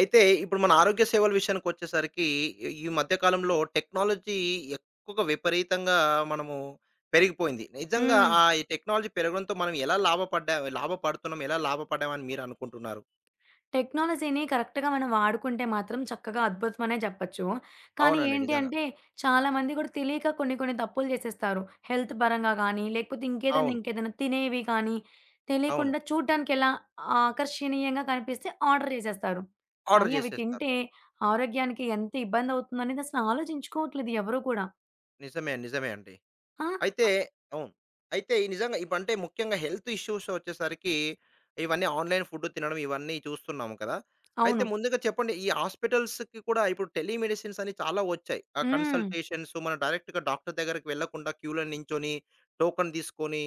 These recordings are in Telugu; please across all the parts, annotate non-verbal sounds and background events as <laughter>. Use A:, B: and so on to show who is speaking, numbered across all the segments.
A: అయితే ఇప్పుడు మన ఆరోగ్య సేవల విషయానికొచ్చేసరికి ఈ ఈ మధ్య కాలంలో టెక్నాలజీ ఎక్కువగా విపరీతంగా మనము పెరిగిపోయింది. నిజంగా
B: హ్మ్.
A: ఆ ఈ టెక్నాలజీ పెరగడంతో మనం ఎలా లాభపడుతున్నాం, ఎలా లాభపడ్డామని మీరనుకుంటున్నారు?
B: టెక్నాలజీని కరెక్ట్‌గా మనం వాడుకుంటే మాత్రం చక్కగా అద్భుతమనే జెప్పొచ్చు. కానీ
A: అవునండి.
B: ఏంటి
A: నిజంగా.
B: అంటే చాలామంది గూడా తెలియక కొన్ని కొన్ని తప్పులు జేసేస్తారు. హెల్త్ పరంగా గానీ, లేకపోతే ఇంకేదన్నా
A: అవును.
B: ఇంకేదన్నా తినేవి కానీ,
A: అవును.
B: తెలియకుండా చూడ్డానికెలా ఆకర్షణీయంగా కనిపిస్తే ఆర్డర్ జేసేస్తారు.
A: ఆర్డర్
B: కానీ అవి
A: జేసేస్తారు.
B: తింటే ఆరోగ్యానికి ఎంత ఇబ్బందవుతుందనేది అసలు ఆలోచించుకోవట్లేదు ఎవరు కూడా.
A: నిజమే. నిజమే అండి.
B: ఆ!
A: అయితే అవును. అయితే ఈ నిజంగా ఇప్పుడంటే ముఖ్యంగా హెల్త్ ఇష్యూస్ వచ్చేసరికి ఇవన్నీ ఆన్‌లైన్ ఫుడ్ తినడం ఇవన్నీ చూస్తున్నాము కదా! అయితే
B: అవును.
A: ముందుగా చెప్పండి ఈ హాస్పిటల్స్‌కి కూడా ఇప్పుడు టెలిమెడిసిన్స్ అని చాలా వచ్చాయి. ఆ
B: హ్మ్.
A: కన్సల్టేషన్స్ మనం డైరెక్ట్‌గా డాక్టర్ దగ్గరికి వెళ్ళకుండా క్యూలో నించొని, టోకెన్ తీసుకొని,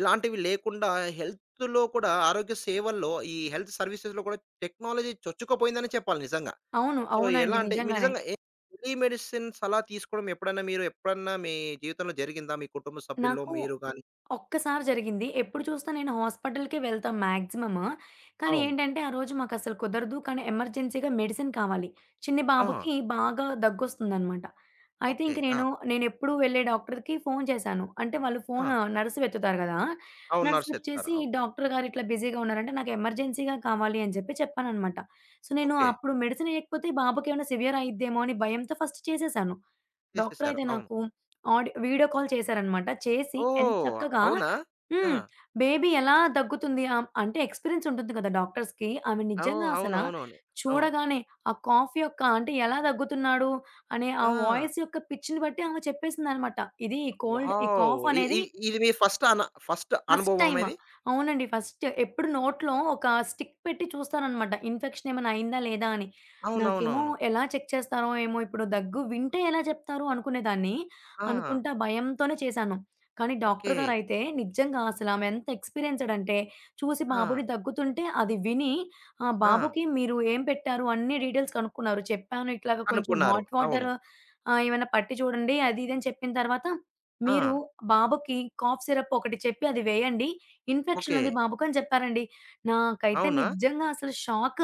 A: ఇలాంటివి లేకుండా హెల్త్‌లో కూడా ఆరోగ్య సేవల్లో ఈ హెల్త్ సర్వీసెస్‌లో కూడా టెక్నాలజీ చొచ్చుకుపోయిందనే చెప్పాలి నిజంగా.
B: అవును.
A: సో, ఎలా
B: అవునండి.
A: అంటే మీరు
B: నిజంగానే.
A: నిజంగా ఏ టెలిమెడిసిన్స్ అలా తీసుకోవడం ఎప్పుడన్నా మీరు ఎప్పుడన్నా మీ జీవితంలో జరిగిందా? మీ కుటుంబ సభ్యుల్లో
B: నాకు
A: మీరు గాని
B: ఒక్కసారి జరిగింది. ఎప్పుడు చూసినా నేను హాస్పిటల్‌కే వెళ్తా మాక్సిమమ్. కానీ
A: అవును.
B: ఏంటంటే, ఆ రోజు మాకసలు కుదరదు. కానీ ఎమర్జెన్సీగా మెడిసిన్ కావాలి. చిన్ని
A: ఆ!
B: బాబుకి బాగా దగ్గొస్తుందనమాట. అయితే
A: ఓకే.
B: ఇంక
A: ఆ!
B: నేనెప్పుడు వెళ్ళే డాక్టర్‌కి ఫోను చేశాను. అంటే వాళ్ళు
A: ఆ!
B: ఫోను నర్స్ వెత్తుతారు గదా!
A: అవును.
B: నర్స్
A: నర్స్
B: లిఫ్ట్
A: చెప్తారు.
B: చేసి,
A: అవును.
B: "డాక్టర్ గారు ఇట్లా బిజీగా ఉన్నారంటే, నాకు ఎమర్జెన్సీగా కావాలి" అని చెప్పి చెప్పాననమాట. సో, నేను
A: ఓకే.
B: అప్పుడు మెడిసిన్ ఇయ్యకపోతే బాబుకేమైనా సివియర్ అయ్యిద్దేమో అని భయంతో ఫస్ట్ చేసేశాను. డాక్టర్
A: చేసేసారు.
B: అయితే
A: అవును.
B: నాకు ఆడి వీడియో కాల్ చేశారనమాట. చేసి ఎంత
A: ఓహ్!
B: చక్కగా
A: అవునా? ఆ!
B: హ్మ్. బేబీ ఎలా దగ్గుతుంది అంటే ఎక్స్‌పీరియన్స్ ఉంటుంది కదా! డాక్టర్స్‌కి. ఆమె నిజంగా
A: ఓహ్!
B: అసల
A: అవునవునవును. అవును.
B: చూడగానే ఆ కాఫ్ యొక్క అంటే ఎలా దగ్గుతున్నాడు అనే ఆ
A: ఆ!
B: వాయిస్ యొక్క పిచ్‌ని బట్టి ఆమె చెప్పేసిందనమాట. ఇది ఈ కోల్డ్, ఈ
A: వావ్!
B: కాఫ్
A: ఇ ఇ
B: అనేది
A: ఇది మీ ఫస్ట్
B: ఫస్ట్
A: అనుభవమా
B: టైమ్.
A: ఇది?
B: అవునండి. ఫస్ట్ ఎప్పుడు నోట్లో ఒక స్టిక్ పెట్టి చూస్తాననమాట. ఇన్ఫెక్షన్ ఏమైనా అయిందా? లేదా? అని. నాకేమో
A: అవునవునవును.
B: ఎలా చెక్ చేస్తారో ఏమో! ఇప్పుడు దగ్గు వింటే ఎలా చెప్తారు? అనుకునేదాన్ని.
A: ఆ!
B: అనుకుంటా భయంతోనే చేశాను. కానీ
A: ఓకే.
B: డాక్టర్ గారైతే నిజంగా అసలు ఆమె ఎంత ఎక్స్‌పీరియన్స్‌డ్ అంటే చూసి
A: ఆ!
B: బాబుని దగ్గుతుంటే అది విని ఆ
A: ఆ!
B: బాబుకి మీరు ఏం పెట్టారు? అన్ని డీటెయిల్స్ కనుక్కున్నారు. చెప్పాను ఇట్లాగ కొంచెం
A: అనుకున్నారు.
B: హాట్
A: అవును.
B: వాటర్ ఏమైనా పట్టి చూడండి అది ఇది అని చెప్పిన తర్వాత
A: ఆ!
B: మీరు బాబుకి కాఫ్ సిరప్ ఒకటి చెప్పి అది వేయండి. Infection
A: okay.
B: ఉంది బాబుకు అని చెప్పారండి. నాకైతే
A: అవునా?
B: నిజంగా అసలు షాక్.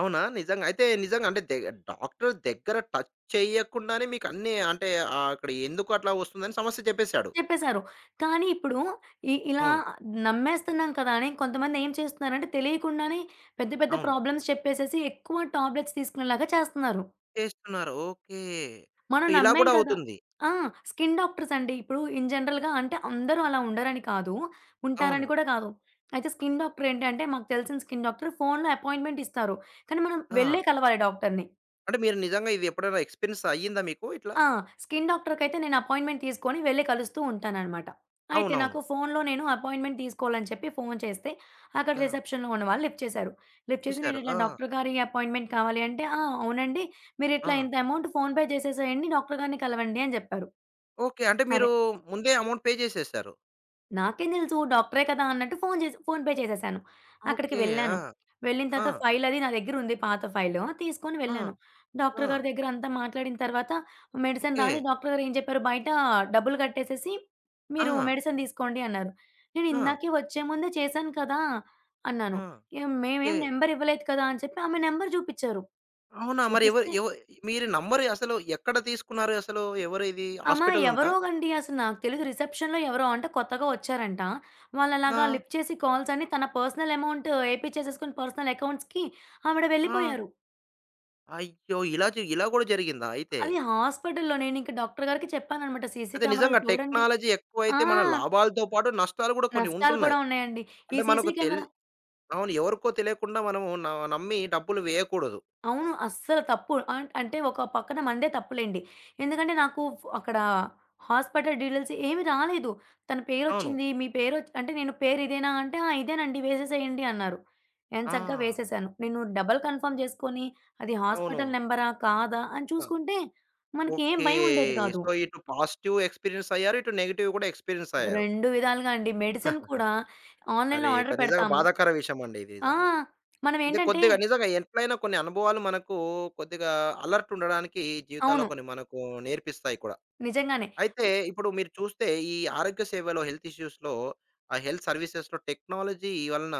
A: అవునా? నిజంగా. అయితే నిజంగా అంటే డాక్టర్ దగ్గర టచ్ చేయకుండానే మీకు అన్నీ అంటే అక్కడ ఎందుకు అట్లా వస్తుందని సమస్య చెప్పేసాడు.
B: చెప్పేసారు. కానీ ఇప్పుడు ఇలా
A: అవును.
B: నమ్మేస్తున్నాం కదా! అని కొంతమంది ఏం చేస్తున్నారంటే తెలియకుండానే పెద్ద పెద్ద
A: అవును.
B: ప్రాబ్లమ్స్ చెప్పేసేసి ఎక్కువ టాబ్లెట్స్ తీసుకునేలాగా చేస్తున్నారు.
A: చేస్తున్నారు. ఓకే. సో,
B: మనం
A: ఇలా
B: నమ్మాం
A: కూడా
B: కదా!
A: అవుతుంది.
B: ఆ! స్కిన్ డాక్టర్స్ అండి. ఇప్పుడు ఇన్ జనరల్‌గా అంటే అందరూ అలా ఉండరని కాదు.
A: అవును.
B: ఉంటారని కూడా కాదు. అయితే స్కిన్ డాక్టర్ ఏంటంటే మాకు తెలిసిన స్కిన్ డాక్టర్ ఫోన్‌లో అపాయింట్‌మెంట్ ఇస్తారు. కానీ మనం
A: ఆ!
B: వెళ్ళే కలవాలి డాక్టర్‌ని.
A: అంటే మీరు నిజంగా ఇది ఎప్పుడైనా ఎక్స్‌పీరియన్స్ అయ్యిందా మీకు ఇట్లా?
B: ఆ! స్కిన్ డాక్టర్‌కైతే నేను అపాయింట్‌మెంట్ తీసుకొని వెళ్ళి కలుస్తూ ఉంటాననమాట. అయితే
A: అవునవును.
B: నాకు ఫోన్‌లో నేను అపాయింట్‌మెంట్ తీసుకోవాలని చెప్పి ఫోన్ చేస్తే అక్కడ
A: ఆ!
B: రిసెప్షన్‌లో ఉన్నవాళ్ళు లిఫ్ట్ చేశారు. లిఫ్ట్ చేసి నేను
A: చూసారు.
B: ఇట్లా
A: ఆ!
B: డాక్టర్ గారి అపాయింట్‌మెంట్ కావాలి అంటే, "ఆ! అవునండి. మీరు
A: ఆ!
B: ఇట్లా ఇంత అమౌంట్ ఫోన్‌పే చేసేసేయండి. డాక్టర్ గారిని కలవండి" అని చెప్పారు.
A: ఓకే. అంటే మీరు
B: సరే.
A: ముందే అమౌంట్ పే చేసేసారు.
B: నాకేం తెలుసు డాక్టరే కదా అన్నట్టు ఫోను చేసి ఫోన్ పే చేసేసాను. అక్కడికి
A: ఓకే.
B: వెళ్ళాను.
A: ఆ!
B: వెళ్ళిన
A: ఆ!
B: తర్వాత ఫైల్ అది నా దగ్గరుంది పాత ఫైలు. తీసుకొని
A: ఆ!
B: వెళ్ళాను.
A: ఆ!
B: డాక్టర్ గారి దగ్గర అంతా మాట్లాడిన తర్వాత మెడిసిన్
A: ఓకే.
B: రాసి డాక్టర్ గారు ఏం చెప్పారు, "బయట డబ్బులు కట్టేసేసి మీరు
A: ఆ!
B: మెడిసిన్ తీసుకోండి" అన్నారు. నేను
A: ఆ!
B: ఇందాకే వచ్చే ముందే చేశాను కదా! అన్నాను.
A: ఆ!
B: "ఏం-
A: ఓకే.
B: "మేమేం నంబర్ ఇవ్వలేదు కదా!" అని చెప్పి ఆమె నంబర్ చూపిచ్చారు.
A: అవునా! మరి ఎవరు
B: చూపిస్తే
A: ఎవ మీరు నమ్మరు అసలు ఎక్కడ తీసుకున్నారు అసలు? ఎవరు ఇది
B: అమా
A: హాస్పిటల్ నుంటా?
B: ఎవరో అండి అసలు నాకు తెలీదు. రిసెప్షన్‌లో ఎవరో అంటే కొత్తగా వచ్చారంట.
A: ఆ!
B: వాళ్ళలాగా లిఫ్ట్ చేసి కాల్స్ అన్ని తన పర్సనల్ అమౌంట్ ఏపిచ్చేసేసుకొని పర్సనల్ అకౌంట్స్‌కి ఆవిడ
A: ఆ!
B: వెళ్ళిపోయారు.
A: అయ్యో! ఇలా ఇలా గూడా జరిగిందా అయితే?
B: అది హాస్పిటల్‌లో నేనింక డాక్టర్ గారికి చెప్పాననమాట. సీసీ
A: అదే
B: కెమెరాలు
A: నిజంగా
B: చూడండి
A: టెక్నాలజీ
B: ఆ!
A: ఎక్కువైతే మన లాభాలతో పాటు నష్టాలు గూడా కొన్ని
B: నష్టాలు
A: ఉంటున్నాయి.
B: కూడా ఉన్నాయండి. ఈ
A: అంటే
B: సీసీ
A: మనకు తెల్
B: కెమెరా
A: అవును. ఎవరికో తెలియకుండా మనము నమ్మి డబ్బులు వేయకూడదు.
B: అవును. అస్సలు తప్పు. అంటే ఒక పక్కన మనదే తప్పులేండి. ఎందుకంటే నాకు అక్కడ హాస్పిటల్ డీటెయిల్స్ ఏమి రాలేదు. తన
A: అవును.
B: పేరొచ్చింది. మీ పేరొచ్ అంటే నేను పేరు ఇదేనా అంటే, "ఆ! ఇదేనండి వేసేసేయండి" అన్నారు. నేను
A: ఆ!
B: చక్కగా వేసేసాను. నేను డబుల్ కన్ఫర్మ్ చేసుకొని అది
A: అవును.
B: హాస్పిటల్ నంబరా? కాదా? అని
A: ఆ!
B: చూసుకుంటే మనకి ఏం
A: ఓకే.
B: భయం ఉండేది కాదు.
A: సో, ఇటు పాజిటివ్ ఎక్స్‌పీరియన్స్ అయ్యారు. ఇటు నెగెటివ్ గూడా ఎక్స్‌పీరియన్స్ అయ్యారు.
B: 2 విధాలుగా అండి. మెడిసిన్ కూడా ఆన్‌లైన్‌లో
A: అరే!
B: ఆర్డర్
A: నిజంగా
B: పెడతాము.
A: బాధాకర విషయమండి ఇది
B: ఆ!
A: నిజంగా. అంటే
B: మనమేంటంటే
A: కొద్దిగా నిజంగా ఎట్లైనా కొన్ని అనుభవాలు మనకు కొద్దిగా అలర్ట్ ఉండడానికి జీవితాల్లో
B: అవును.
A: కొన్ని మనకు నేర్పిస్తాయి కూడా.
B: నిజంగానే.
A: అయితే ఇప్పుడు మీరు చూస్తే ఈ ఆరోగ్య సేవలో హెల్త్ ఇష్యూస్‌లో ఆ హెల్త్ సర్వీసెస్‌లో టెక్నాలజీ వలన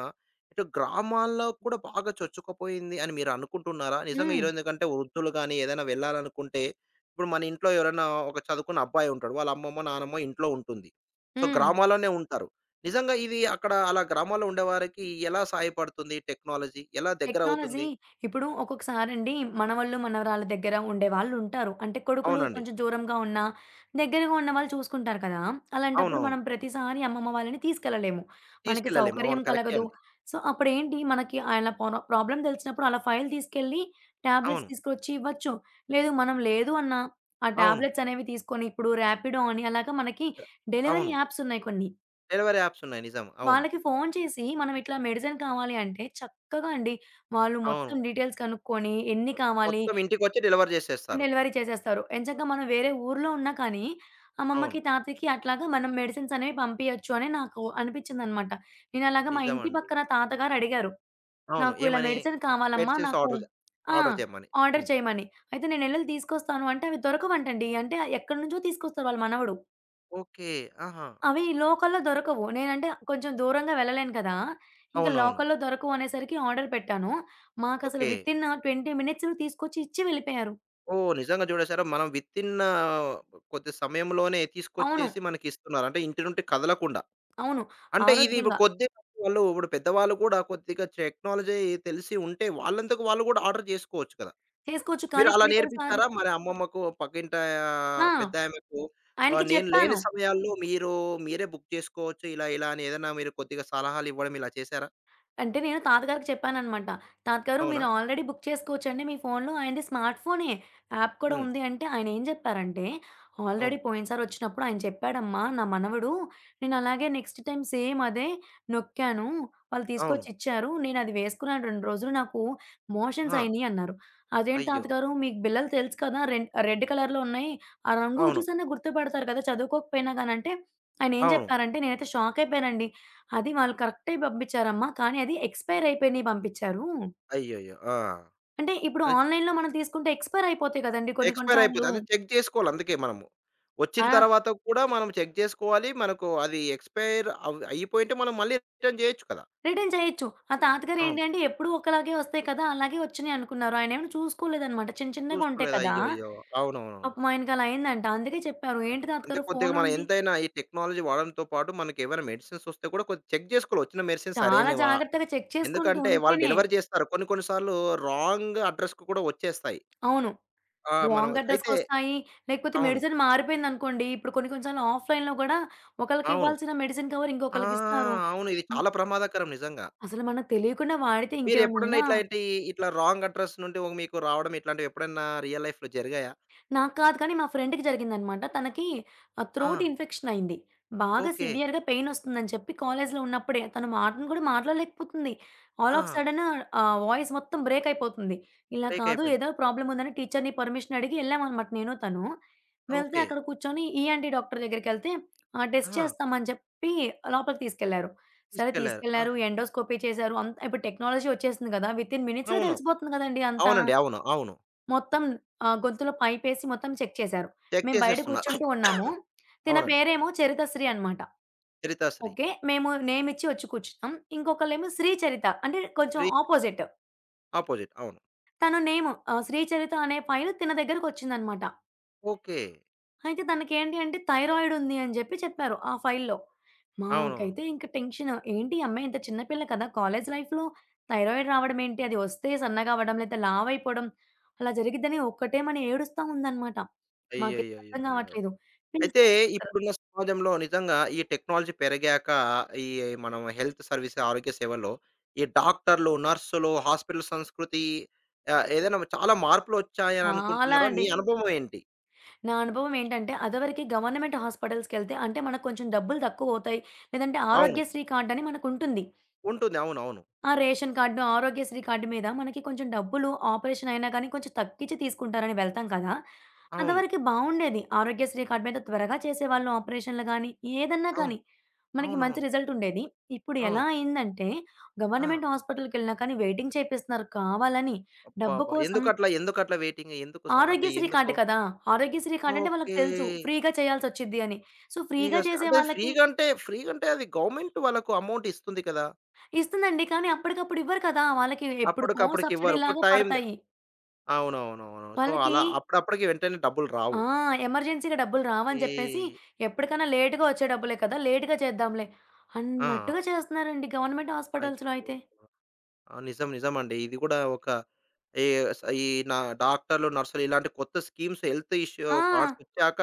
A: ఇటు గ్రామాల్లో కూడా బాగా చొచ్చుకుపోయింది అని మీరు అనుకుంటున్నారా? నిజంగా ఈ
B: హ్మ్.
A: రోజు కంటే వృద్ధులు గాని ఏదైనా వెళ్ళాలనుకుంటే ఇప్పుడు మన ఇంట్లో ఎవరైనా ఒక చదువుకున్న అబ్బాయి ఉంటాడు. వాళ్ళ అమ్మమ్మో, నానమ్మో ఇంట్లో ఉంటుంది. సో,
B: హ్మ్.
A: గ్రామాల్లోనే ఉంటారు. నిజంగా ఇది అక్కడ అలా గ్రామాల్లో ఉండేవారికి ఎలా సహాయపడుతుంది టెక్నాలజీ? ఎలా దగ్గర
B: టెక్నాలజీ
A: అవుతుంది?
B: ఇప్పుడు ఒక్కొక్కసారండి మనవళ్ళు, మనవరాళ్ళ దగ్గర ఉండేవాళ్ళుంటారు. అంటే కొడుకులు
A: అవునండి.
B: కొంచెం దూరంగా ఉన్నా, దగ్గరగా ఉన్న వాళ్ళు చూసుకుంటారు కదా! అలాంటప్పుడు
A: అవునవును.
B: మనం ప్రతిసారి అమ్మమ్మ వాళ్ళని తీసుకెళ్ళలేము. మనకి
A: తీసుకెళ్ళలేము. అవును.
B: సౌకర్యం
A: కరెక్టే
B: కలగదు.
A: అండి.
B: సో, అప్పుడేంటి మనకి ఆయన పొర ప్రాబ్లమ్ తెలిసినప్పుడు అలా ఫైల్ తీసుకెళ్ళి టాబ్లెట్స్
A: అవును.
B: తీసుకొచ్చి ఇవ్వచ్చు. లేదు మనం లేదు అన్నా, ఆ
A: అవును.
B: టాబ్లెట్స్ అనేవి తీసుకొని ఇప్పుడు రాపిడో అని అలాగా మనకి డెలివరీ
A: అవును.
B: యాప్స్ ఉన్నాయి కొన్ని.
A: డెలివరీ యాప్స్ ఉన్నాయి. నిజం. అవును.
B: వాళ్ళకి ఫోను చేసి మనం ఇట్లా మెడిసిన్ కావాలి అంటే చక్కగా అండి వాళ్ళు
A: అవును.
B: మొత్తం డీటెయిల్స్ కనుక్కొని ఎన్ని కావాలి
A: మొత్తం ఇంటికొచ్చి డెలివరీ
B: అని
A: చేసేస్తారు.
B: డెలివరీ చేసేస్తారు. ఎంచక్కా మనం వేరే ఊర్లో ఉన్నా కానీ
A: అవును.
B: అమ్మమ్మకి, తాతయ్యకి అట్లాగా మనం మెడిసిన్స్ అనేవి పంపియొచ్చు అని నాకు అనిపించిందనమాట. నేను అలాగా మా ఇంటి
A: నిజమండి.
B: పక్కన తాతగారు అడిగారు.
A: అవును.
B: నాకు ఇలా
A: ఏమని?
B: మెడిసిన్ కావాలమ్మా
A: మెడిసిన్స్
B: నాకు
A: ఆర్డర్ జే
B: ఆ!
A: ఆర్డర్ చేయమని.
B: ఆర్డర్
A: హ్మ్.
B: చేయమని. అయితే నేనెళ్ళెళ్ళి తీసుకొస్తాను అంటే అవి దొరకవంటండి. అంటే ఎక్కడి నుంచో తీసుకొస్తారు వాళ్ళ మనవడు.
A: ఓకే. ఆహా!
B: అవి లోకల్‌లో దొరకవు. నేనంటే కొంచెం దూరంగా వెళ్ళలేను కదా! ఇంక
A: అవునవును.
B: లోకల్‌లో దొరకవు అనేసరికి ఆర్డర్ పెట్టాను. మాకసలు
A: ఓకే.
B: వితిన్ 20 మినిట్స్‌లో తీసుకొచ్చి ఇచ్చి వెళ్ళిపోయారు.
A: ఓహ్! నిజంగా చూడేసారా? మనం వితిన్ కొద్ది సమయంలోనే
B: అవును.
A: తీసుకొచ్చేసి మనకిస్తున్నారు. అంటే ఇంటి నుండి కదలకుండా.
B: అవును.
A: అంటే ఇది ఇప్పుడు
B: ఆరోగ్యంగా
A: కొద్ది వాళ్ళు ఇప్పుడు పెద్దవాళ్ళు కూడా కొద్దిగా టెక్నాలజీ తెలిసి ఉంటే వాళ్ళంతకు వాళ్ళు కూడా ఆర్డర్ చేసుకోవచ్చు కదా!
B: చేసుకోవచ్చు.
A: మీరు
B: కానీ
A: అలా
B: కొన్ని కొన్ని సార్లు
A: నేర్పించారా? మరి అమ్మమ్మకు పక్కింటా
B: ఆ!
A: పెద్దామెకు
B: ఆయనకి
A: నేను లేని
B: చెప్పాను.
A: సమయాల్లో మీరు మీరే బుక్ చేసుకోవచ్చు. ఇలా, ఇలా అని ఏదైనా మీరు కొద్దిగా సలహాలు ఇవ్వడం ఇలా చేశారా?
B: అంటే నేను తాతగారికి చెప్పాననమాట. తాతగారు
A: అవునా?
B: మీరు ఆల్రెడీ బుక్ చేసుకోవచ్చండి మీ ఫోన్‌లో. ఆయనది స్మార్ట్ ఫోనే. యాప్ కూడా
A: హ్మ్.
B: ఉంది అంటే ఆయనేం చెప్పారంటే,
A: అవును.
B: "ఆల్రెడీ పోయినసారి వచ్చినప్పుడు ఆయన చెప్పాడమ్మా నా మనవడు. నేను అలాగే నెక్స్ట్ టైమ్ సేమ్ అదే నొక్కాను. వాళ్ళు
A: అవును.
B: తీసుకొచ్చి ఇచ్చారు. నేను అది వేసుకున్నాను 2 రోజులు నాకు మోషన్స్
A: ఆ!
B: అయినియి" అన్నారు. "అదేంటి
A: అయ్యో!
B: తాతగారు మీకు బిళ్ళలు తెలుసు కదా! రెడ్ రెడ్ కలర్‌లో ఉన్నాయి. ఆ రంగు
A: అవును.
B: చూసన్నా గుర్తుపడతారు కదా! చదువుకోకపోయినా గాని" అంటే ఆయనేం
A: అవును.
B: చెప్పారంటే నేనైతే షాక్ అయిపోయానండి. అది వాళ్ళు కరెక్టే పంపించారమ్మా. కానీ అది ఎక్స్‌పైర్ అయిపోయినయి పంపించారు.
A: అయ్యయ్యో! ఆ!
B: అంటే ఇప్పుడు
A: అది
B: ఆన్‌లైన్‌లో మనం తీసుకుంటే ఎక్స్‌పైర్ అయిపోతాయి కదండీ కొన్ని కొన్ని
A: ఎక్స్‌పైర్ అయిపోద్ది.
B: సార్లు.
A: అది చెక్ చేసుకోవాలి అందుకే మనము. వచ్చిన
B: ఆ!
A: తర్వాత కూడా మనం చెక్ చేసుకోవాలి. మనకు అది ఎక్స్‌పైర్ అయిపోయుంటే మనం మళ్ళీ రిటర్న్ చేయొచ్చు కదా!
B: రిటర్న్ చేయొచ్చు. ఆ తాతగారు
A: అవును.
B: ఏంటి అంటే ఎప్పుడు ఒకలాగే వస్తాయి కదా! అలాగే వచ్చినయి అనుకున్నారు. ఆయనేమైనా చూసుకోలేదనమాట. చిన్న చిన్నగా ఉంటాయి
A: చూసుకోలేదు.
B: కదా!
A: అయ్యయ్యో! అవునవును.
B: పాపం ఆయనకి అలా అయిందంట. అందుకే చెప్పారు.
A: అయి
B: "ఏంటి
A: అంటే
B: తాతగారు
A: కొద్దిగా
B: ఫోన్
A: మనం
B: ఉండి"
A: ఎంతైనా ఈ టెక్నాలజీ వాడడంతో పాటు మనకేవైనా మెడిసిన్స్ వస్తే కూడా కొద్ది చెక్ జేసుకోవాలి. వచ్చిన మెడిసిన్స్
B: చాలా
A: సరైనవా?
B: జాగ్రత్తగా చెక్ చేసుకుంటూ
A: ఎందుకంటే వాళ్ళు
B: ఉంటేనే
A: డెలివరీ చేస్తారు. కొన్ని కొన్ని సార్లు రాంగ్ అడ్రస్‌కి కూడా వచ్చేస్తాయి.
B: అవును.
A: ఆ! మనం
B: రాంగ్
A: అయితే
B: అడ్రస్‌కొస్తాయి. లేకపోతే
A: అవును.
B: మెడిసిన్ మారిపోయిందనుకోండి. ఇప్పుడు కొన్ని కొన్ని సార్లు ఆఫ్‌లైన్‌లో గూడా ఒకళ్ళకి
A: అవును.
B: ఇవ్వాల్సిన మెడిసిన్ కవర్
A: ఆ!
B: ఇంకొకళ్ళకిస్తారు.
A: అవును. ఇది చాలా ప్రమాదకరం నిజంగా.
B: అసలు మనకు తెలియకుండా వాడితే ఇంకేమన్నా
A: మీరెప్పుడన్నా
B: ఉందా?
A: ఇట్లాంటి ఇట్లా రాంగ్ అడ్రస్ నుండి మీకు రావడం ఇట్లాంటివి ఎప్పుడన్నా రియల్ లైఫ్‌లో జరిగాయా?
B: నాకు కాదు కానీ మా ఫ్రెండ్‌కి జరిగిందనమాట. తనకి
A: ఆ!
B: త్రోట్ ఇన్ఫెక్షన్ అయింది. బాగా
A: ఓకే.
B: సివియర్‌గా పెయిన్ వస్తుందని చెప్పి కాలేజ్‌లో ఉన్నప్పుడే తను మాటను కూడా మాట్లాడలేకపోతుంది. ఆల్
A: ఆ!
B: ఆఫ్ సడెన్ వాయిస్ మొత్తం బ్రేక్ అయిపోతుంది. ఇలా
A: బ్రేక్
B: కాదు
A: అయిపోయింది.
B: ఏదో ప్రాబ్లమ్ ఉందని టీచర్‌ని పర్మిషన్ అడిగి ఎళ్ళామనమాట నేను తను. వెళ్తే
A: ఓకే.
B: అక్కడ కూర్చొని ఈఎన్‌టీ డాక్టర్ దగ్గరికెళ్తే టెస్ట్
A: ఆహా!
B: చేస్తామని చెప్పి లోపలికి తీసుకెళ్లారు. సరే
A: తీసుకెళ్లారు.
B: తీసుకెళ్లారు
A: ఆహా!
B: ఎండోస్కోపీ చేశారు. అంతా ఇప్పుడు టెక్నాలజీ వచ్చేసింది కదా! వితిన్ మినిట్స్‌లో
A: అవును.
B: తెలిసిపోతుంది కదండీ అంతా.
A: అవునండి. అవును. అవును.
B: మొత్తం గొంతులో పైపేసి మొత్తం చెక్ చేశారు.
A: చెక్
B: మేము బయట
A: చేసేస్తున్నారు. <coughs>
B: కూర్చుంటూ ఉన్నాము. తిన
A: అవునండి.
B: పేరేమో చరితశ్రీ అనమాట.
A: చరితాశ్రీ.
B: ఓకే. మేము నేమ్ ఇచ్చి వచ్చి కూర్చున్నాం. ఇంకొకళ్ళేమో శ్రీచరిత అంటే కొంచెం
A: శ్రీ
B: అపోజిట్.
A: అపోజిట్. అవును.
B: తను నేమ్ శ్రీచరిత అనే ఫైల్ తిన దగ్గరకొచ్చిందనమాట.
A: ఓకే.
B: అయితే తనకేంటి అంటే థైరాయిడ్ ఉంది అని జెప్పి చెప్పారు ఆ ఫైల్‌లో.
A: అవునవును.
B: మాకైతే ఇంక టెన్షన్. ఏంటి ఈ అమ్మాయి ఇంత చిన్న పిల్ల కదా! కాలేజ్ లైఫ్‌లో థైరాయిడ్ రావడం ఏంటి? అది వస్తే సన్నగా అవ్వడం, లేతే లావయిపోవడం అలా జరిగిద్దని ఒక్కటేమని ఏడుస్తా ఉందనమాట. మాకేం అర్థం
A: అయ్యయ్యయ్యయ్యో!
B: కావట్లేదు. వీళ్ళు
A: అయితే ఇప్పుడున్న సమాజంలో నిజంగా ఈ టెక్నాలజీ పెరిగాక ఈ మనం హెల్త్ సర్వీస్ ఆరోగ్య సేవల్లో ఈ డాక్టర్లు, నర్సులు, హాస్పిటల్ సంస్కృతి ఏదైనా చాలా మార్పులొచ్చాయని
B: చాలా
A: అనుకుంటున్నారా? మీ
B: అండి.
A: అనుభవం ఏంటి?
B: నా అనుభవం ఏంటంటే అదివరకి గవర్నమెంట్ హాస్పిటల్స్‌కెళ్తే అంటే మనకు కొంచెం డబ్బులు తక్కువవుతాయి. లేదంటే
A: అవును.
B: ఆరోగ్యశ్రీ కార్డ్ అని మనకుంటుంది.
A: ఉంటుంది. అవునవును.
B: ఆ! రేషన్ కార్డు, ఆరోగ్యశ్రీ కార్డు మీద మనకి కొంచెం డబ్బులు ఆపరేషన్ అయినా కానీ కొంచెం తగ్గించి తీసుకుంటారని వెళ్తాం కదా!
A: అవును.
B: అంతవరకు బావుండేది. ఆరోగ్యశ్రీ కార్డ్ మీద త్వరగా చేసేవాళ్ళు ఆపరేషన్‌లు గానీ, ఏదన్నా
A: అవును.
B: కానీ మనకి మంచి
A: అవునవును.
B: రిజల్ట్ ఉండేది. ఇప్పుడు ఎలా
A: అవును.
B: అయిందంటే
A: ఆ!
B: గవర్నమెంట్ హాస్పిటల్‌కెళ్ళినా కానీ వెయిటింగ్ చేపిస్తున్నారు కావాలని. డబ్బు
A: అబ్బబ్బా!
B: కోసం
A: ఎందుకట్లా? ఎందుకట్లా వెయిటింగ్? ఎందుకు స అంటే
B: ఆరోగ్యశ్రీ
A: ఎందుకు?
B: కార్డ్ కదా! ఆరోగ్యశ్రీ కార్డ్ అంటే వాళ్ళకి
A: ఓకే.
B: తెలుసు ఫ్రీగా చేయాల్సొచ్చిద్ది అని. సో,
A: ఫ్రీగా
B: ఫ్రీగా
A: వస్తాయి.
B: చేసే
A: అంటే
B: వాళ్ళకి
A: ఫ్రీగా అంటే, ఫ్రీగా అంటే అది గవర్నమెంట్ వాళ్ళకు అమౌంట్ ఇస్తుంది కదా!
B: ఇస్తుందండి. కానీ అప్పటికప్పుడు ఇవ్వరు కదా! వాళ్ళకి ఎప్పుడుకో
A: అప్పటికప్పటికి ఇవ్వరు. ఒక
B: సబ్సిడీలాగా
A: టైమ్
B: పడతాయి.
A: అవునవునవును. సో,
B: వాళ్ళకి
A: అలా అప్పుడప్పటికి వెంటనే డబ్బులు
B: ఆ!
A: రావు.
B: ఎమర్జెన్సీ‌గా డబ్బులు
A: ఈ
B: రావని చెప్పేసి, ఎప్పటికైనా లేట్‌గా వచ్చే డబ్బులే కదా! లేట్‌గా చేద్దాంలే
A: ఆ!
B: అన్నట్టుగా చేస్తున్నారండి గవర్నమెంట్ హాస్పిటల్స్‌లో
A: అయ్యో!
B: అయితే.
A: ఆ! నిజం నిజమండి. ఇది కూడా ఒక ఈ స్ ఈ నా డాక్టర్లు, నర్సులు ఇలాంటి కొత్త స్కీమ్స్ హెల్త్ ఇష్యూ
B: ఆ!
A: కార్డ్స్ వచ్చాక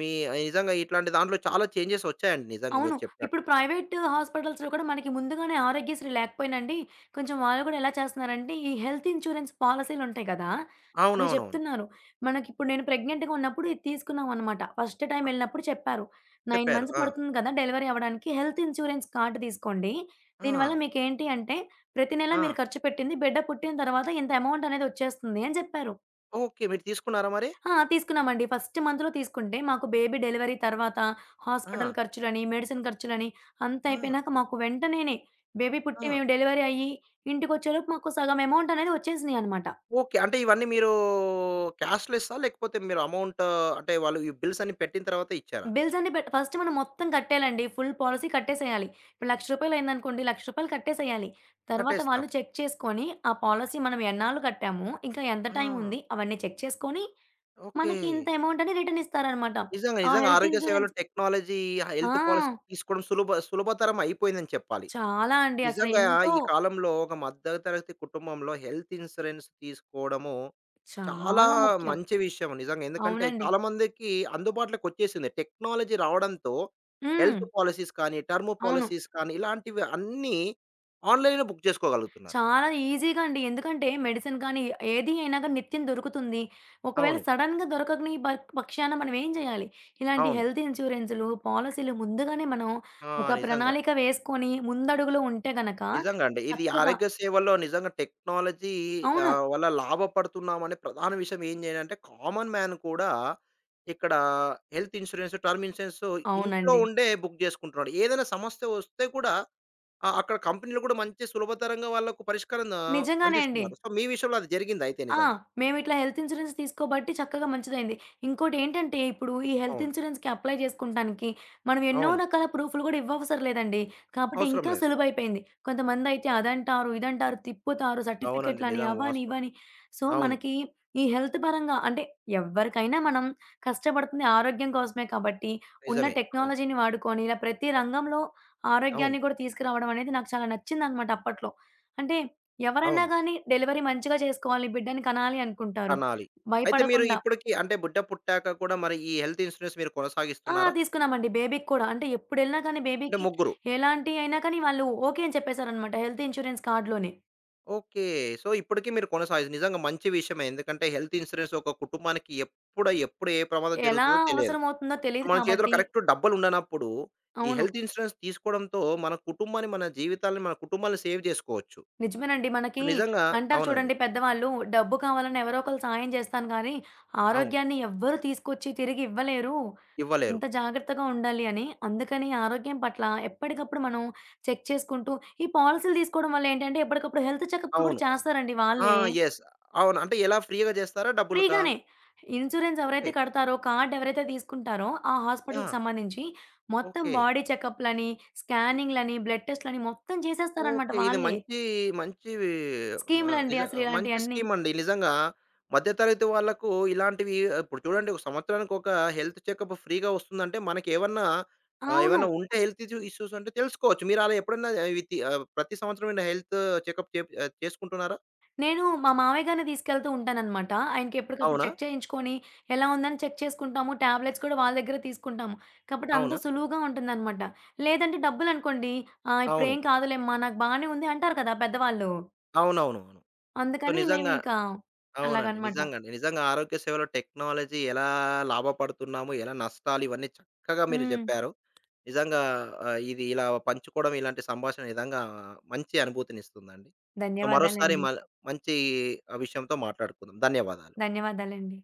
A: మీ నిజంగా ఇట్లాంటి దాంట్లో చాలా చేంజెస్ వచ్చాయండి నిజంగా
B: అవును.
A: మీరు చెప్పినట్టు.
B: ఇప్పుడు ప్రైవేట్ హాస్పిటల్స్‌లో కూడా మనకి ముందుగానే ఆరోగ్యశ్రీ లేకపోయినండి, కొంచెం వాళ్ళు గూడా ఎలా చేస్తున్నారంటే, ఈ హెల్త్ ఇన్స్యూరెన్స్ పాలిసీలుంటాయి గదా! అవి
A: అవునవునవును.
B: చెప్తున్నారు. మనకిప్పుడు నేను ప్రెగ్నెంట్‌గా ఉన్నప్పుడు ఇది తీసుకున్నామనమాట. ఫస్ట్ టైమ్
A: ఆ!
B: ఎళ్ళినప్పుడు చెప్పారు. 9
A: చెప్పారు.
B: మంత్స్
A: ఆ!
B: పడుతుంది కదా! డెలివరీ అవ్వడానికి. హెల్త్ ఇన్స్యూరెన్స్ కార్డ్ తీసుకోండి.
A: ఆ!
B: దీనివల్ల మీకేంటి అంటే, ప్రతి నెల
A: ఆ!
B: మీరు ఖర్చు పెట్టింది బిడ్డ పుట్టిన తర్వాత ఇంత అమౌంట్ అనేది వచ్చేస్తుంది అని చెప్పారు.
A: ఓకే. మీరు తీసుకున్నారా మరి?
B: ఆ! తీసుకున్నామండి. ఫస్ట్ మంత్‌లో తీసుకుంటే, మాకు బేబీ డెలివరీ తర్వాత
A: ఆ!
B: హాస్పిటల్ ఖర్చులని, మెడిసిన్ ఖర్చులని అంతా
A: ఆ!
B: అయిపోయినాక మాకు వెంటనేనే బేబీ
A: ఆ!
B: పుట్టి మేము డెలివరీ అయ్యి ఇంటికొచ్చేలోపు మాకు సగం అమౌంట్ అనేది వచ్చేసినాయి అనమాట.
A: ఓకే. అంటే ఇవన్నీ మీరు క్యాష్‌లెస్సా? లేకపోతే మీరు అమౌంట్ అంటే వాళ్ళు ఈ బిల్స్ అన్ని పెట్టిన తర్వాత ఇచ్చారా?
B: బిల్స్ అన్నీ పెట్ ఫస్ట్ మనం మొత్తం కట్టేయాలండి. Full policy కట్టేసేయాలి. ఇప్పుడు రూ. 1,00,000 అయిందనుకోండి, రూ. 1,00,000 కట్టేసేయాలి. తర్వాత
A: కట్టేస్తాం.
B: వాళ్ళు చెక్ చేసుకొని, ఆ పాలిసీ మనం ఎన్నాళ్ళు కట్టాము, ఇంకా ఎంత టైం
A: ఆ!
B: ఉంది అవన్నీ చెక్ చేసుకొని,
A: ఓకే.
B: మనకి ఇంత అమౌంట్ అని రిటర్న్ ఇస్తారనమాట.
A: నిజంగా,
B: ఆ
A: నిజంగా
B: హెల్త్
A: ఆరోగ్య సేవలో
B: ఇన్స్యూరెన్స్
A: టెక్నాలజీ,
B: ఆ!
A: హెల్త్ పాలిసీ తీసుకోవడం సులభతరం అయిపోయిందని చెప్పాలి.
B: చాలా అండి. అసలు
A: నిజంగా
B: ఎంతో
A: ఈ కాలంలో ఒక మధ్య తరగతి కుటుంబంలో హెల్త్ ఇన్సూరెన్స్ తీసుకోవడము చాలా
B: చాలా ముఖ్యం.
A: మంచి విషయం నిజంగా. ఎందుకంటే
B: అవునండి.
A: చాలా మందికి అందుబాటులోకి వచ్చేసింది. టెక్నాలజీ రావడంతో
B: హ్మ్.
A: హెల్త్ పాలిసీస్ కానీ, టర్మ్
B: అవును.
A: పాలిసీస్ కానీ ఇలాంటివి అన్నీ ఆన్‌లైన్‌లో బుక్ చేసుకోగలుగుతున్నారు.
B: చాలా ఈజీగా అండి. ఎందుకంటే మెడిసిన్ కానీ, ఏది అయినా గాని నిత్యం దొరుకుతుంది. ఒకవేళ
A: అవును.
B: సడెన్‌గా దొరకని పక్షాన మనం ఏం చేయాలి? ఇలాంటి
A: అవును.
B: హెల్త్ ఇన్స్యూరెన్స్‌లు, పాలిసీలు ముందుగానే మనం
A: ఆ!
B: ఒక
A: నిజంగా.
B: ప్రణాళిక వేసుకొని ముందడుగులో ఉంటే గనక
A: నిజంగా అండి. ఇది
B: చక్కగా
A: ఆరోగ్య సేవల్లో నిజంగా టెక్నాలజీ ల
B: అవును.
A: వల్ల లాభపడుతున్నామనే ప్రధాన విషయం ఏం చేయాలంటే కామన్ మ్యాన్ కూడా ఇక్కడ హెల్త్ ఇన్స్యూరెన్స్, టర్మ్ ఇన్స్యూరెన్స్ ఇంట్లో
B: అవునండి.
A: ఉండే బుక్ చేసుకుంటున్నాడు. ఏదైనా సమస్య వస్తే కూడా ఆ! అక్కడ కంపెనీలు కూడా మంచి సులభతరంగా వాళ్ళకు పరిష్కారం
B: నిజంగానే అండి.
A: అందిస్తున్నారు. సో, మీ విషయంలో అది జరిగిందయితే
B: ఆ!
A: నిజంగా.
B: మేమిట్లా హెల్త్ ఇన్స్యూరెన్స్ తీసుకోబట్టి చక్కగా మంచిదైంది. ఇంకోటేంటంటే, ఇప్పుడు ఈ హెల్త్
A: అవును.
B: ఇన్స్యూరెన్స్‌కి అప్లై జేసుకుంటానికి మనం ఎన్నో
A: అవును.
B: రకాల ప్రూఫ్‌లు గూడా ఇవ్వవసరం లేదండి. కాబట్టి
A: అవసరం
B: ఇంకా
A: లేదు.
B: సులువైపోయింది. కొంతమందయితే అదంటారు, ఇదంటారు, తిప్పుతారు,
A: అవునండి.
B: సర్టిఫికేట్‌లని
A: నిజం
B: అవని,
A: వాస్తవం.
B: ఇవని. సో,
A: అవును.
B: మనకి ఈ హెల్త్ పరంగా అంటే ఎవ్వరికైనా మనం కష్టపడుతుంది ఆరోగ్యం కోసమే కాబట్టి, ఉన్న
A: నిజమే. అవును.
B: టెక్నాలజీని వాడుకొని ఇలా ప్రతి రంగంలో
A: అవును.
B: ఆరోగ్యాన్ని గూడా తీసుకురావడం అనేది నాకు చాలా నచ్చిందనమాట అప్పట్లో. అంటే ఎవరైనా
A: అవును.
B: గానీ డెలివరీ మంచిగా చేసుకోవాలి, బిడ్డని కనాలి అనుకుంటారు.
A: కనాలి. అయితే మీరు
B: భయపడకుండా
A: ఇప్పటికి అంటే బిడ్డ పుట్టాక కూడా మరి ఈ హెల్త్ ఇన్సూరెన్స్ మీరు
B: ఆ!
A: కొనసాగిస్తున్నారా?
B: తీసుకున్నామండి బేబీకి కూడా. అంటే ఎప్పుడెళ్ళినా కానీ
A: అంటే
B: బేబీకి
A: ముగ్గురు.
B: ఎలాంటి అయినా కానీ వాళ్ళు ఓకే అని చెప్పేసారనమాట హెల్త్ ఇన్స్యూరెన్స్ కార్డ్‌లోనే.
A: ఓకే. సో, ఇప్పటికి మీరు నిజంగా మంచి విషయమే. ఎందుకంటే హెల్త్ ఇన్సూరెన్స్ ఒక కుటుంబానికి ఎప్పుడు ఏ ప్రమాదం
B: ఎలా
A: జరుగుతుందో తెలియదు.
B: అవసరమవుతుందో తెలీదు
A: మన చేతిలో
B: కాబట్టి
A: కరెక్ట్ డబ్బులుండనప్పుడు, ఈ
B: అవును.
A: హెల్త్ ఇన్సూరెన్స్ తీసుకోవడంతో మన కుటుంబాన్ని, మన జీవితాల్ని, మన కుటుంబాన్ని సేవ్ జేసుకోవచ్చు.
B: నిజమేనండి. మనకి
A: నిజంగా
B: అంటారు
A: అవునండి.
B: చూడండి పెద్దవాళ్ళు, "డబ్బు కావాలని ఎవరో ఒకళ్ళు సాయం చేస్తాను కానీ,
A: అవును.
B: ఆరోగ్యాన్ని ఎవ్వరు తీసుకొచ్చి తిరిగి ఇవ్వలేరు."
A: ఇవ్వలేరు.
B: అంత జాగ్రత్తగా ఉండాలి అని. అందుకని ఆరోగ్యం పట్ల ఎప్పటికప్పుడు మనం చెక్ చేసుకుంటూ ఈ పాలిసీలు తీసుకోవడం వల్ల ఏంటంటే ఎప్పటికప్పుడు హెల్త్ చెకప్‌లు కూడా
A: అవును.
B: చేస్తారండి
A: ఆ!
B: వాళ్ళే.
A: యెస్. అవును. అంటే ఎలా ఫ్రీ‌గా జేస్తారా? డబ్బులకా?
B: ఫ్రీగానే. Insurance
A: okay.
B: ఎవరైతే కడతారో, కార్డ్ ఎవరైతే తీసుకుంటారో ఆ
A: ఆ!
B: హాస్పిటల్‌కి సంబంధించి మొత్తం
A: ఓకే.
B: బాడీ చెకప్‌లని,
A: ఇ
B: స్కానింగ్‌లని, బ్లడ్ టెస్ట్‌లని మొత్తం చేసేస్తారనమాట
A: ఓకే. ఇది
B: వాళ్ళే.
A: మంచి మంచి మ
B: స్కీములండి
A: నిజ
B: అసలు
A: మంచి
B: ఇలాంటియన్నీ.
A: స్కీమ్ అండి. నిజంగా మధ్య తరగతి వాళ్ళకు ఇలాంటివి ఇప్పుడు చూడండి ఒక సంవత్సరానికి ఒక హెల్త్ చెకప్ ఫ్రీగా వస్తుందంటే మనకేమన్నా
B: అవును.
A: ఏమన్నా ఉంటే హెల్త్ ఇష్యూస్ ఉంటే తెలుసుకోవచ్చు. మీరు అలా ఎప్పుడన్నా ప్రతి సంవత్సరం ఏమైనా హెల్త్ చెకప్ చేసుకుంటున్నారా?
B: నేను మా మామయ్య గారిని తీసుకెళ్తూ ఉంటాననమాట. ఆయనకి ఎప్పటికప్పుడు
A: అవునా?
B: చెక్ చేయించుకొని, ఎలా ఉందని చెక్ చేసుకుంటాము. టాబ్లెట్స్ కూడా వాళ్ళ దగ్గరే తీసుకుంటాము. కాబట్టి
A: అవునా? అవును.
B: అంత సులువుగా ఉంటుందనమాట. లేదంటే డబ్బులనుకోండి,
A: అవును.
B: "ఇప్పుడేం కాదులేమ్మా నాకు బానే ఉంది" అంటారు కదా పెద్దవాళ్ళు.
A: అవునవును. అవును. సో,
B: అందుకని
A: నిజంగా
B: మేమింకా
A: అవునండి.
B: అలాగనమాట.
A: నిజంగండి. నిజంగా ఆరోగ్య సేవలో టెక్నాలజీ ఎలా లాభపడుతున్నాము, ఎలా నష్టాలు ఇవన్నీ చక్కగా మీరు
B: హ్మ్.
A: జెప్పారు. నిజంగా ఇది ఇలా పంచుకోవడం ఇలాంటి సంభాషణ నిజంగా మంచి అనుభూతినిస్తుందండి. సో మరోసారి
B: ధన్యవాదాలండి.
A: మల్ మంచి ఆ విషయంతో మాట్లాడుకుందాం. ధన్యవాదాలు.
B: ధన్యవాదాలండి.